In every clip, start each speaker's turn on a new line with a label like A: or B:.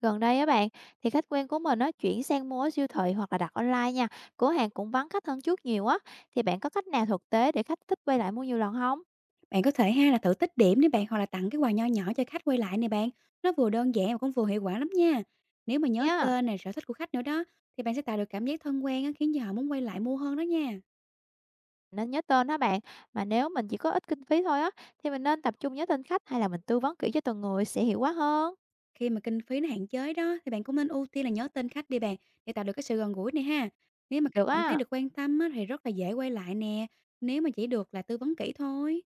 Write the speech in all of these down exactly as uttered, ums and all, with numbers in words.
A: Gần đây á bạn, thì khách quen của mình nó chuyển sang mua ở siêu thị hoặc là đặt online nha. Cửa hàng cũng vắng khách hơn trước nhiều á. Thì bạn có cách nào thực tế để khách thích quay lại mua nhiều lần không?
B: Bạn có thể ha là thử tích điểm để bạn hoặc là tặng cái quà nho nhỏ cho khách quay lại nè bạn. Nó vừa đơn giản mà cũng vừa hiệu quả lắm nha. Nếu mà nhớ
A: Nhá,
B: tên này sở thích của khách nữa đó thì bạn sẽ tạo được cảm giác thân quen á, khiến cho họ muốn quay lại mua hơn đó nha.
A: nên nhớ tên đó bạn. Mà nếu mình chỉ có ít kinh phí thôi á, thì mình nên tập trung nhớ tên khách hay là mình tư vấn kỹ cho từng người sẽ hiệu quả hơn.
B: Khi mà kinh phí nó hạn chế đó thì bạn cũng nên ưu tiên là nhớ tên khách đi bạn, để tạo được cái sự gần gũi này ha. Nếu mà khách
A: Được
B: cảm thấy
A: á,
B: được quan tâm á, thì rất là dễ quay lại nè. Nếu mà chỉ được là tư vấn kỹ thôi.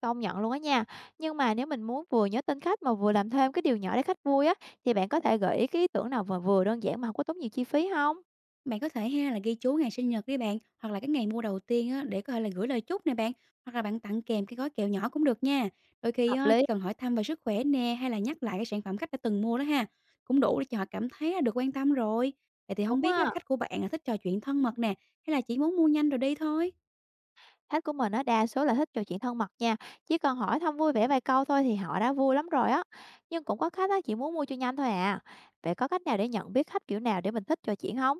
A: công nhận luôn á nha. Nhưng mà nếu mình muốn vừa nhớ tên khách mà vừa làm thêm cái điều nhỏ để khách vui á, thì bạn có thể gợi ý cái ý tưởng nào mà vừa đơn giản mà không có tốn nhiều chi phí không?
B: Bạn có thể ha là ghi chú ngày sinh nhật đi bạn, hoặc là cái ngày mua đầu tiên á, để có thể là gửi lời chúc nè bạn, hoặc là bạn tặng kèm cái gói kẹo nhỏ cũng được nha. Đôi khi
A: Hợp
B: á,
A: lý,
B: chỉ cần hỏi thăm về sức khỏe nè, hay là nhắc lại cái sản phẩm khách đã từng mua đó ha, cũng đủ để cho họ cảm thấy là được quan tâm rồi. Vậy thì không
A: đúng
B: biết á,
A: á.
B: khách của bạn là thích trò chuyện thân mật nè, hay là chỉ muốn mua nhanh rồi đi thôi.
A: Khách của mình á, đa số là thích trò chuyện thân mật nha, chỉ cần hỏi thăm vui vẻ vài câu thôi thì họ đã vui lắm rồi á. Nhưng cũng có khách á, chỉ muốn mua cho nhanh thôi à. Vậy có cách nào để nhận biết khách kiểu nào để mình thích trò chuyện không?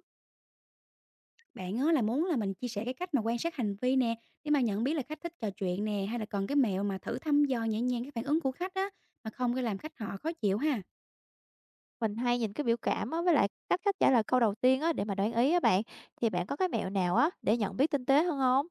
B: Bạn á, là muốn là mình chia sẻ cái cách mà quan sát hành vi nè, để mà nhận biết là khách thích trò chuyện nè, hay là còn cái mẹo mà thử thăm dò nhẹ nhàng cái phản ứng của khách á, mà không có làm khách họ khó chịu ha.
A: Mình hay nhìn cái biểu cảm á, với lại cách khách trả lời câu đầu tiên á, để mà đoán ý á bạn. Thì bạn có cái mẹo nào á, để nhận biết tinh tế hơn không?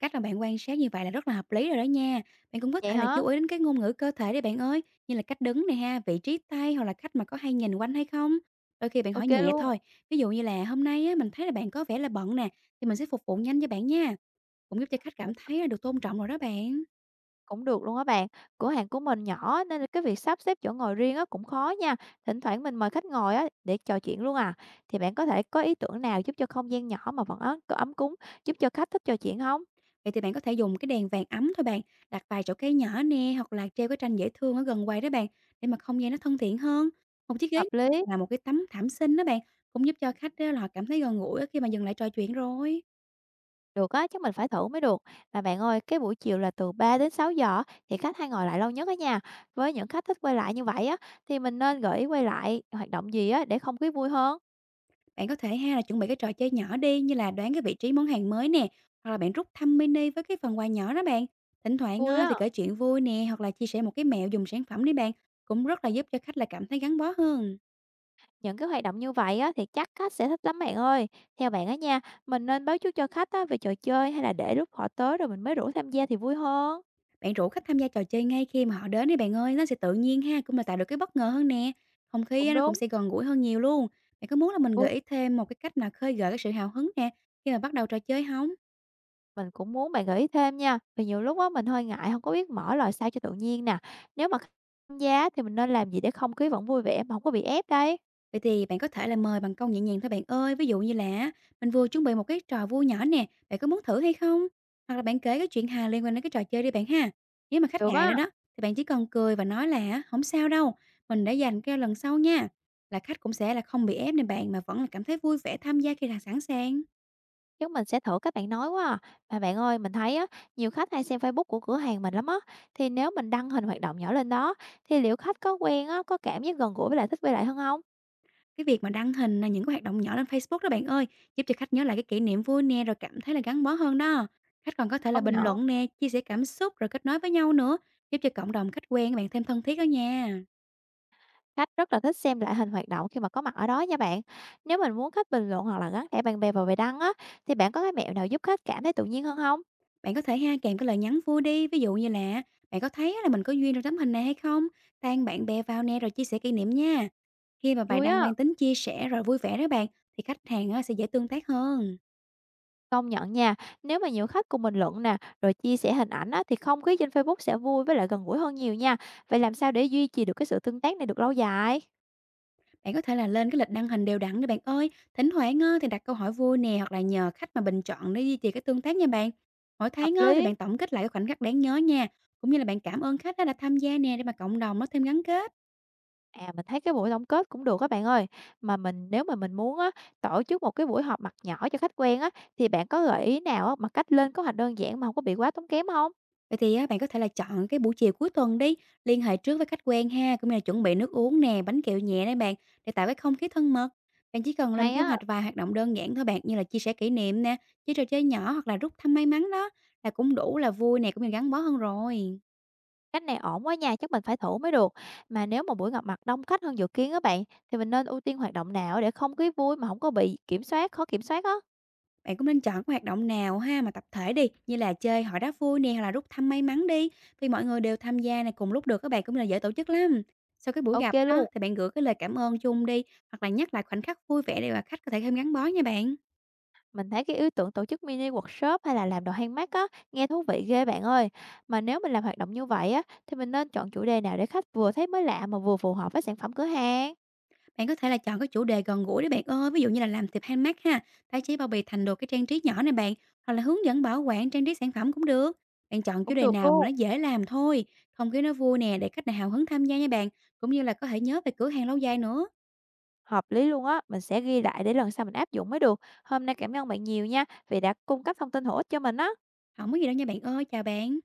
B: Cách mà bạn quan sát như vậy là rất là hợp lý rồi đó nha. Bạn cũng có
A: Vậy
B: thể là
A: hả?
B: chú ý đến cái ngôn ngữ cơ thể đi bạn ơi, như là cách đứng này ha, vị trí tay, hoặc là cách mà có hay nhìn quanh hay không. Đôi khi bạn hỏi
A: Ok
B: nhẹ
A: luôn.
B: thôi, ví dụ như là hôm nay á, mình thấy là bạn có vẻ là bận nè, thì mình sẽ phục vụ nhanh cho bạn nha. Cũng giúp cho khách cảm thấy là được tôn trọng rồi đó bạn.
A: Cũng được luôn á bạn. Cửa hàng của mình nhỏ á, nên là cái việc sắp xếp chỗ ngồi riêng á cũng khó nha. Thỉnh thoảng mình mời khách ngồi á để trò chuyện luôn à. Thì bạn có thể có ý tưởng nào giúp cho không gian nhỏ mà vẫn ấm, có ấm cúng, giúp cho khách thích trò chuyện không?
B: Vậy thì bạn có thể dùng cái đèn vàng ấm thôi bạn, đặt vài chỗ cây nhỏ nè, hoặc là treo cái tranh dễ thương ở gần quầy đó bạn, để mà không gian nó thân thiện hơn. Một chiếc ghế
A: Hợp lý.
B: là một cái tấm thảm xinh đó bạn, cũng giúp cho khách á, là họ cảm thấy gần gũi khi mà dừng lại trò chuyện rồi.
A: Được á, chắc mình phải thử mới được. Mà bạn ơi, cái buổi chiều là từ ba đến sáu giờ á, thì khách hay ngồi lại lâu nhất á nha. Với những khách thích quay lại như vậy á thì mình nên gợi ý quay lại hoạt động gì á để không khí vui hơn.
B: Bạn có thể ha là chuẩn bị cái trò chơi nhỏ đi, như là đoán cái vị trí món hàng mới nè, hoặc là bạn rút thăm mini với cái phần quà nhỏ đó bạn. Thỉnh thoảng
A: Vui
B: ờ,
A: á.
B: thì kể chuyện vui nè, hoặc là chia sẻ một cái mẹo dùng sản phẩm đi bạn, cũng rất là giúp cho khách là cảm thấy gắn bó hơn.
A: Những cái hoạt động như vậy á, thì chắc khách sẽ thích lắm bạn ơi. Theo bạn á nha, mình nên báo trước cho khách á, về trò chơi hay là để lúc họ tới rồi mình mới rủ tham gia thì vui hơn?
B: Bạn rủ khách tham gia trò chơi ngay khi mà họ đến đi bạn ơi, nó sẽ tự nhiên ha, cũng là tạo được cái bất ngờ hơn nè. Không khí
A: Cũng
B: á, nó cũng
A: đúng.
B: sẽ gần gũi hơn nhiều luôn. Bạn có muốn là mình
A: Ui,
B: gợi ý thêm một cái cách nào khơi gợi cái sự hào hứng nè, khi mà bắt đầu trò chơi không?
A: mình cũng muốn bạn gợi ý thêm nha. Vì nhiều lúc á, mình hơi ngại không có biết mở lời sao cho tự nhiên nè. Nếu mà khách tham gia thì mình nên làm gì để không khí vẫn vui vẻ mà không có bị ép đây?
B: Vậy thì bạn có thể là mời bằng câu nhẹ nhàng thôi bạn ơi, ví dụ như là mình vừa chuẩn bị một cái trò vui nhỏ nè, bạn có muốn thử hay không? Hoặc là bạn kể cái chuyện hài liên quan đến cái trò chơi đi bạn ha. Nếu mà khách
A: Được
B: ngại
A: á,
B: nữa đó, thì bạn chỉ cần cười và nói là không sao đâu, mình đã dành kêu lần sau nha. Là khách cũng sẽ là không bị ép nên bạn, mà vẫn là cảm thấy vui vẻ tham gia khi là sẵn sàng.
A: chắc mình sẽ thử các bạn nói quá à. Mà bạn ơi, mình thấy á, nhiều khách hay xem Facebook của cửa hàng mình lắm á. Thì nếu mình đăng hình hoạt động nhỏ lên đó, thì liệu khách có quen á, có cảm giác gần gũi với lại thích với lại hơn không?
B: Cái việc mà đăng hình là những cái hoạt động nhỏ lên Facebook đó bạn ơi, giúp cho khách nhớ lại cái kỷ niệm vui nè, rồi cảm thấy là gắn bó hơn đó. Khách còn có thể là
A: Công
B: bình
A: nhận,
B: luận nè, chia sẻ cảm xúc rồi kết nối với nhau nữa, giúp cho cộng đồng khách quen các bạn thêm thân thiết đó nha.
A: khách rất là thích xem lại hình hoạt động khi mà có mặt ở đó nha bạn. Nếu mình muốn khách bình luận hoặc là gắn thẻ bạn bè vào bài đăng á, thì bạn có cái mẹo nào giúp khách cảm thấy tự nhiên hơn không?
B: Bạn có thể ha kèm cái lời nhắn vui đi, ví dụ như là bạn có thấy là mình có duyên trong tấm hình này hay không? Tag bạn bè vào nè rồi chia sẻ kỷ niệm nha. Khi mà bài
A: Vui
B: đăng
A: á,
B: mang tính chia sẻ rồi vui vẻ đó bạn, thì khách hàng á, sẽ dễ tương tác hơn.
A: công nhận nha, nếu mà nhiều khách cùng bình luận nè, rồi chia sẻ hình ảnh á, thì không khí trên Facebook sẽ vui với lại gần gũi hơn nhiều nha. Vậy làm sao để duy trì được cái sự tương tác này được lâu dài?
B: Bạn có thể là lên cái lịch đăng hình đều đặn đi bạn ơi, thỉnh thoảng á, thì đặt câu hỏi vui nè, hoặc là nhờ khách mà bình chọn để duy trì cái tương tác nha bạn. Mỗi
A: Hợp
B: tháng á, thì
A: lý.
B: bạn tổng kết lại cái khoảnh khắc đáng nhớ nha, cũng như là bạn cảm ơn khách á, đã tham gia nè, để mà cộng đồng nó thêm gắn kết.
A: À, mình thấy cái buổi tổng kết cũng được các bạn ơi. Mà mình nếu mà mình muốn á, tổ chức một cái buổi họp mặt nhỏ cho khách quen á, thì bạn có gợi ý nào á, mà cách lên kế hoạch đơn giản mà không có bị quá tốn kém không?
B: Vậy thì á, bạn có thể là chọn cái buổi chiều cuối tuần đi, liên hệ trước với khách quen ha, cũng như là chuẩn bị nước uống nè, bánh kẹo nhẹ đấy bạn, để tạo cái không khí thân mật. Bạn chỉ cần lên
A: Hay
B: kế
A: á,
B: hoạch vài hoạt động đơn giản thôi bạn, như là chia sẻ kỷ niệm nè, chơi trò chơi nhỏ, hoặc là rút thăm may mắn đó, là cũng đủ là vui nè, cũng như gắn bó hơn rồi.
A: cách này ổn quá nha, chắc mình phải thử mới được. Mà nếu mà buổi gặp mặt đông khách hơn dự kiến á bạn, thì mình nên ưu tiên hoạt động nào để không khí vui mà không có bị kiểm soát, khó kiểm soát á?
B: Bạn cũng nên chọn cái hoạt động nào ha mà tập thể đi, như là chơi hỏi đá vui nè, hoặc là rút thăm may mắn đi, vì mọi người đều tham gia này cùng lúc được các bạn, cũng là dễ tổ chức lắm. Sau cái buổi
A: Ok
B: gặp đó
A: luôn.
B: thì bạn gửi cái lời cảm ơn chung đi, hoặc là nhắc lại khoảnh khắc vui vẻ để mà khách có thể thêm gắn bó nha bạn.
A: Mình thấy cái ý tưởng tổ chức mini workshop hay là làm đồ handmade á, nghe thú vị ghê bạn ơi. Mà nếu mình làm hoạt động như vậy á, thì mình nên chọn chủ đề nào để khách vừa thấy mới lạ mà vừa phù hợp với sản phẩm cửa hàng.
B: Bạn có thể là chọn cái chủ đề gần gũi để bạn ơi, ví dụ như là làm thiệp handmade ha, tái chế bao bì thành đồ cái trang trí nhỏ này bạn, hoặc là hướng dẫn bảo quản trang trí sản phẩm cũng được. Bạn chọn chủ
A: Cũng
B: đề
A: được
B: nào mà nó
A: luôn.
B: dễ làm thôi, không khí nó vui nè để khách này hào hứng tham gia nha bạn, cũng như là có thể nhớ về cửa hàng lâu dài nữa.
A: Hợp lý luôn á, mình sẽ ghi lại để lần sau mình áp dụng mới được. Hôm nay cảm ơn bạn nhiều nha, vì đã cung cấp thông tin hữu ích cho mình á.
B: Không có gì đâu nha bạn ơi, chào bạn.